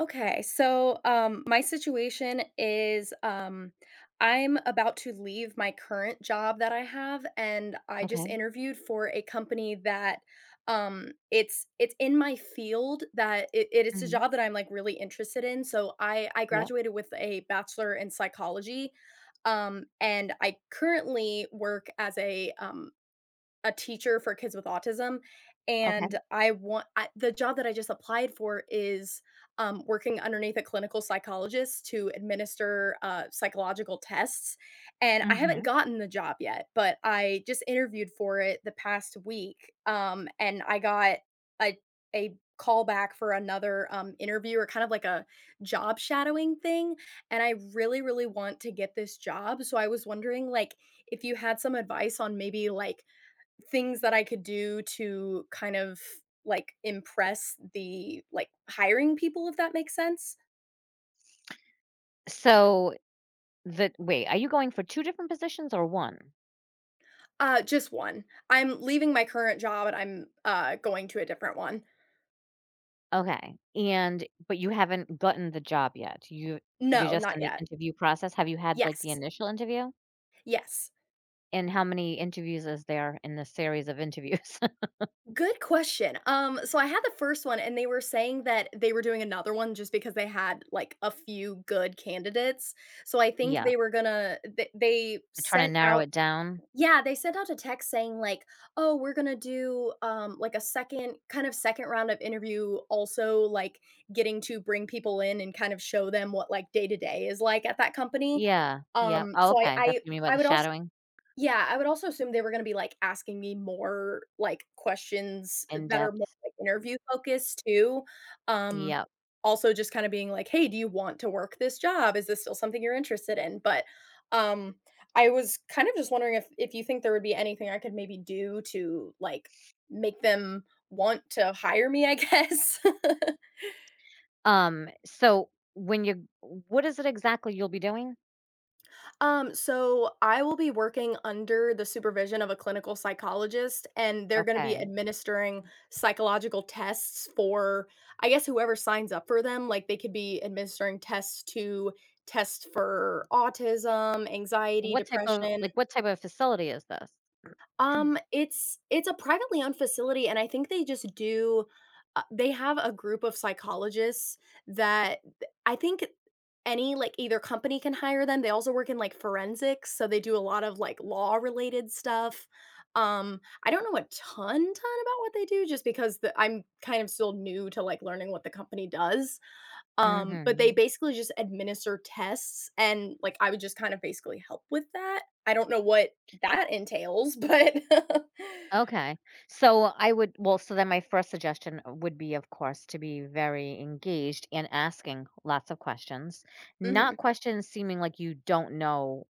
Okay, so my situation is I'm about to leave my current job that I have, and I just Okay. interviewed for a company that it's in my field that it's a Mhm. job that I'm like really interested in. So I Yep. graduated with a bachelor in psychology, and I currently work as a teacher for kids with autism, Okay. and I want I the job that I just applied for is, working underneath a clinical psychologist to administer, psychological tests, and I haven't Hmm. gotten the job yet, but I just interviewed for it the past week, and I got a a call back for another, interview or kind of like a job shadowing thing, and I really, really want to get this job, so I was wondering, like, if you had some advice on maybe, like, things that I could do to kind of, like, impress the, like, hiring people, if that makes sense? So the wait, are you going for two different positions or one? Just one. I'm leaving my current job and I'm, going to a different one. Okay. And but you haven't gotten the job yet. You're No, just not in the yet. interview process. Have you had like the Yes. initial interview? Yes. And how many interviews is there in the series of interviews? Good question. So I had the first one and they were saying that they were doing another one just because they had, like, a few good candidates. So I think Yeah, they were gonna th they they're trying to sent narrow out. it down. Yeah, they sent out a text saying like, "Oh, we're gonna do, like a second kind of second round of interview, also like getting to bring people in and kind of show them what like day to day is like at that company." Yeah, yeah. Um, Oh, so I okay, that's I what you mean by I the would also, shadowing yeah, I would also assume they were gonna be, like, asking me more, like, questions in that are more, depth. like, interview focused too. Um, Yep. Also just kinda being like, "Hey, do you want to work this job? Is this still something you're interested in?" But, um, I was kind of just wondering if you think there would be anything I could maybe do to, like, make them want to hire me, I guess? So what is it exactly you'll be doing? So I will be working under the supervision of a clinical psychologist, and they're going to be Okay. administering psychological tests for, I guess, whoever signs up for them. Like they could be administering tests to test for autism, anxiety, depression, What type of facility is this? it's a privately owned facility, and I think they just do they have a group of psychologists that I think any like either company can hire them. They also work in like forensics, so they do a lot of like law related stuff. Um, I don't know a ton about what they do just because I'm kind of still new to like learning what the company does. But they Mhm. basically just administer tests and, like, I would just kind of basically help with that. I don't know what that entails, but Okay. So then my first suggestion would be, of course, to be very engaged and asking lots of questions, Mhm. not questions seeming like you don't know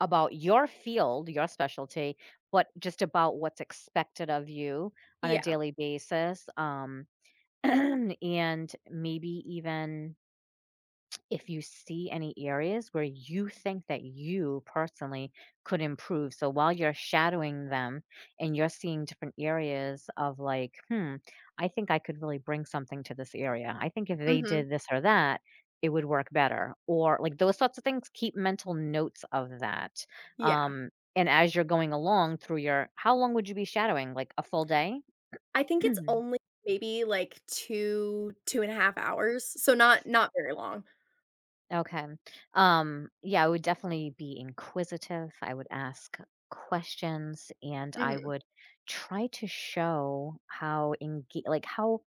about your field, your specialty, but just about what's expected of you on a Yeah. daily basis, and maybe even if you see any areas where you think that you personally could improve. So while you're shadowing them and you're seeing different areas of like, I think I could really bring something to this area. I think if they Mhm. did this or that, it would work better. Or like those sorts of things, keep mental notes of that. Yeah. Um, and as you're going along how long would you be shadowing? Like a full day? I think it's only maybe, like, 2, 2.5 hours, so not not very long. Okay. Yeah, I would definitely be inquisitive. I would ask questions and I Mhm. would try to show how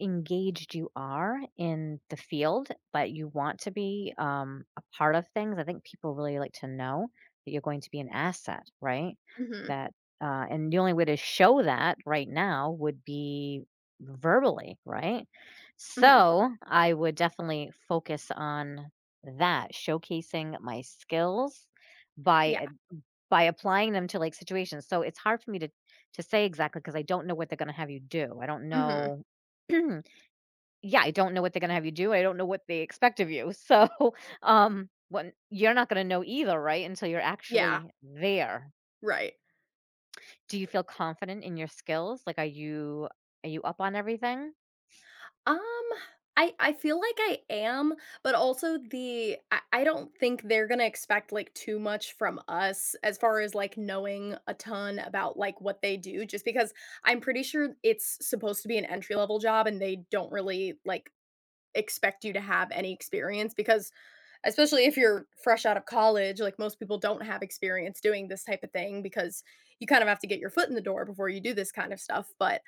engaged you are in the field, but you want to be a part of things. I think people really like to know that you're going to be an asset, right? Mhm. That and the only way to show that right now would be verbally, right? Mhm. So I would definitely focus on that, showcasing my skills by Yeah. a- by applying them to like situations. So it's hard for me to say exactly because I don't know what they're going to have you do. I don't Mhm. know. Yeah, I don't know what they're gonna have you do. I don't know what they expect of you. So, when you're not gonna know either, right, until you're Yeah. actually there. Right. Do you feel confident in your skills? Like, are you up on everything? Um, I feel like I am, but also I don't think they're gonna expect like too much from us as far as like knowing a ton about like what they do, just because I'm pretty sure it's supposed to be an entry level job and they don't really like expect you to have any experience because especially if you're fresh out of college, like most people don't have experience doing this type of thing because you kind of have to get your foot in the door before you do this kind of stuff. But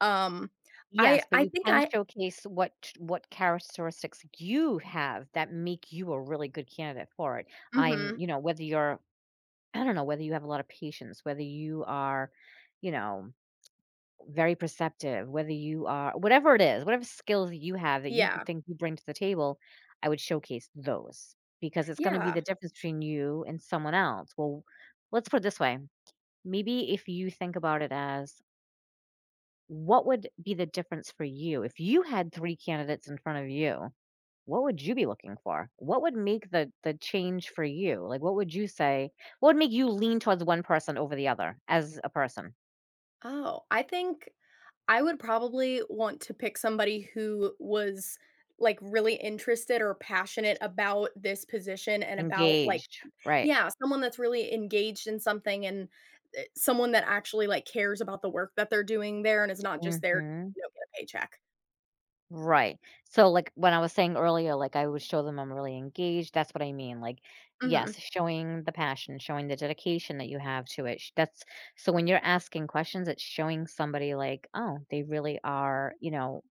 um Yes, but I you think can I showcase what characteristics you have that make you a really good candidate for it. I'm mhm. you know, whether you're I don't know, whether you have a lot of patience, whether you are, you know very perceptive, whether you are whatever it is, whatever skills you have that you b Yeah. think you bring to the table, I would showcase those because it's gonna be Yeah. the difference between you and someone else. Well, let's put it this way, maybe if you think about it as, what would be the difference for you? If you had 3 candidates in front of you, what would you be looking for? What would make the change for you? Like, what would make you lean towards one person over the other as a person? Oh, I think I would probably want to pick somebody who was, like, really interested or passionate about this position and about, like, Engaged, right. yeah, someone that's really engaged in something and, someone that actually, like, cares about the work that they're doing there and is not just there, Mhm. you know, get a paycheck. Right. So, like, when I was saying earlier, like, I would show them I'm really engaged, that's what I mean, like, yes, Mhm. showing the passion, showing the dedication that you have to it, sh That's so when you're asking questions, it's showing somebody like, "Oh, they really are, you know,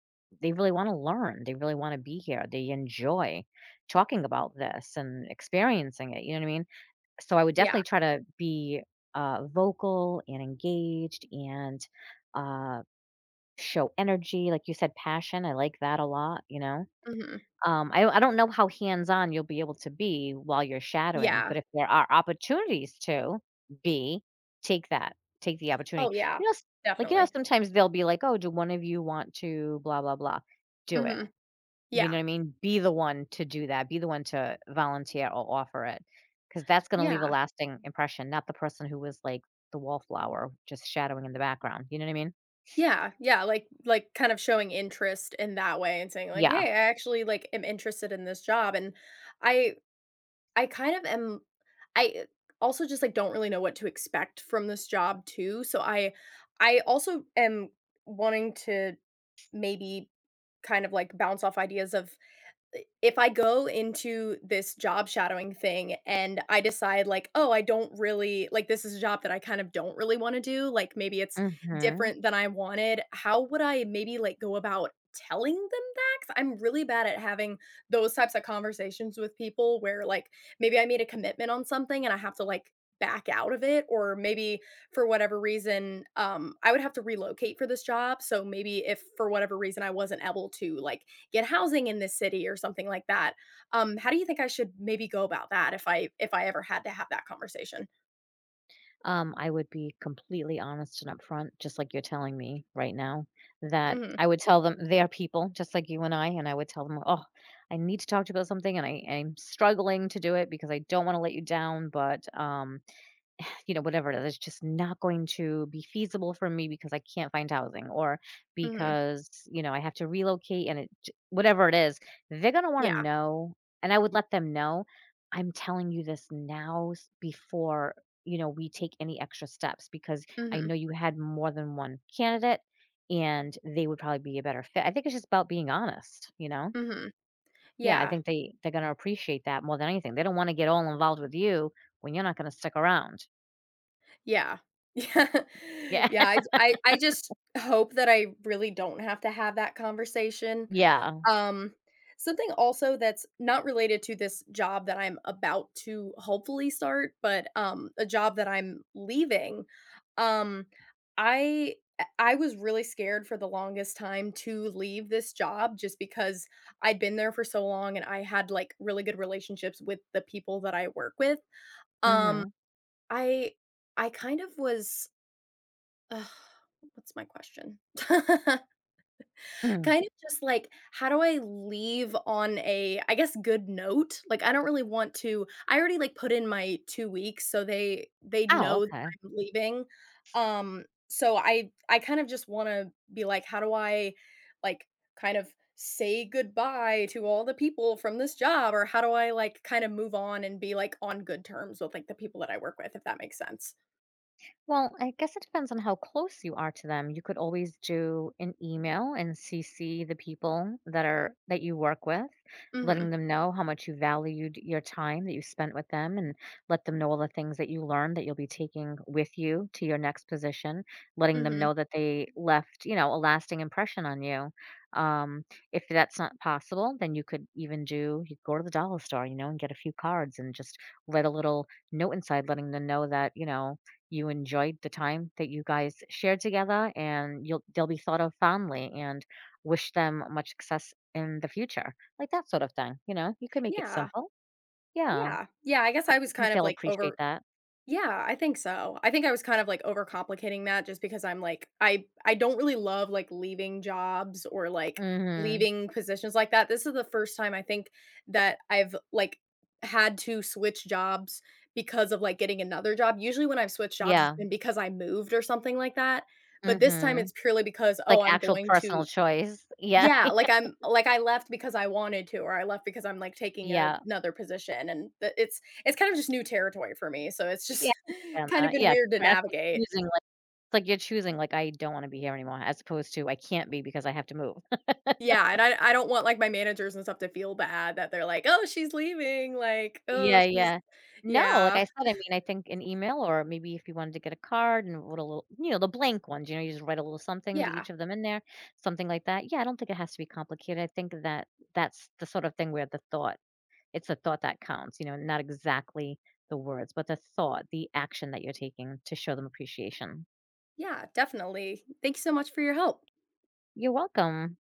they really wanna learn, they really wanna be here, they enjoy talking about this and experiencing it," you know what I mean? So, I would Yeah. definitely try to be, vocal and engaged and, uh show energy, like you said, passion, I like that a lot, you know? Mhm. I don't know how hands-on you'll be able to be while you're shadowing, Yeah. but if there are opportunities be, take that, take the Oh, opportunity. yeah. You know, s like, you know, Definitely. sometimes they'll be like, "Oh, do one of you want to blah, blah, blah?" Do it, Mhm. you Yeah. know what I mean? Be the one to do that, be the one to volunteer or offer it, because that's gonna leave a Yeah. lasting impression, not the person who was, like, the wallflower just shadowing in the background, you know what I mean? Yeah, yeah, like kind of showing interest in that way and saying like, "Hey, Yeah. I actually, like, am interested in this job," and I I kind of am I also just, like, don't really know what to expect from this job too, so I also am wanting to maybe kind of, like, bounce off ideas of if I go into this job shadowing thing and I decide like, "Oh, I don't really like, this is a job that I kind of don't really wanna do," like, maybe it's Mhm. different than I wanted. How would I maybe, like, go about telling them that? 'Cause I'm really bad at having those types of conversations with people where, like, maybe I made a commitment on something and I have to, like, back out of it, or maybe for whatever reason, I would have to relocate for this job, so maybe if for whatever reason I wasn't able to, like, get housing in this city or something like that. How do you think I should maybe go about that if I ever had to have that conversation? I would be completely honest and upfront, just like you're telling me right now, that Mhm, I would tell them they are people just like you and I would tell them, "Oh, I need to talk to you about something, and I am struggling to do it because I don't want to let you down, but you know, whatever it is, it's just not going to be feasible for me because I can't find housing or mhm. because, you know, I have to relocate and whatever it is, they're going to want to Yeah. know. And I would let them know I'm telling you this now before, you know, we take any extra steps because I Mhm, know you had more than one candidate and they would probably be a better fit. I think it's just about being honest, you know? mhm. Yeah, I Yeah. think they're going to appreciate that more than anything. They don't want to get all involved with you when you're not going to stick around. Yeah. Yeah. Yeah. Yeah, I just hope that I really don't have to have that conversation. Yeah. Um, Something also that's not related to this job that I'm about to hopefully start, but, a job that I'm leaving, um, I was really scared for the longest time to leave this job just because I'd been there for so long and I had, like, really good relationships with the people that I work with. Um Mhm. I I kind of was ugh, What's my question? Mm. Kind of just like, how do I leave on a, I guess, good note? Like, I don't really want to I already, like, put in my 2 weeks, so they Oh, know that okay. I'm leaving. I kind of just wanna be like, how do I, like, kind of say goodbye to all the people from this job? Or how do I, like, kind of move on and be, like, on good terms with, like, the people that I work with, if that makes sense? Well, I guess it depends on how close you are to them. You could always do an email and CC the people that you work with, letting Mhm. them know how much you valued your time that you spent with them and let them know all the things that you learned that you'll be taking with you to your next position, letting them Mhm. know that they left, you know, a lasting impression on you. Um, if that's not possible, then you could go to the dollar store, you know, and get a few cards and just let a little note inside letting them know that, you know, you enjoyed the time that you guys shared together and you'll they'll be thought of fondly and wish them much success in the future. Like that sort of thing, you know? You could make it Yeah. simple. Yeah. Yeah. Yeah, I guess I I was think kind of, they'll like, appreciate over that. Yeah, I think so. I think I was kind of, like, overcomplicating that just because I don't really love, like, leaving jobs or, like, Mhm. leaving positions like that. This is the first time I think that I've, like, had to switch jobs because of, like, getting another job. Usually when I've switched jobs, it's Yeah. been because I moved or something like that, but this time Mhm. it's purely because, "Oh, Like I'm actual going personal to." choice. Yeah. Yeah, like, I left because I wanted to, or I left because I'm, like, taking a Yeah. another position, and the it's kind of just new territory for me, so it's just Yeah, I understand kind of that. been Yeah, 'cause weird to you're actually navigate. choosing, like it's like you're choosing, like, "I don't wanna be here anymore," as opposed to, "I can't be because I have to move." Yeah, and I don't want, like, my managers and stuff to feel bad that they're like, "Oh, she's leaving," like, "Oh, Yeah, she's." yeah. No, like Yeah. I said, I mean, I think an email or maybe if you wanted to get a card and what a little, you know, the blank ones, you know, you just write a little something to Yeah. each of them in there, something like that. Yeah, I don't think it has to be complicated. I think that that's the sort of thing where the thought, it's the thought that counts, you know, not exactly the words, but the thought, the action that you're taking to show them appreciation. Yeah, definitely. Thank you so much for your help. You're welcome.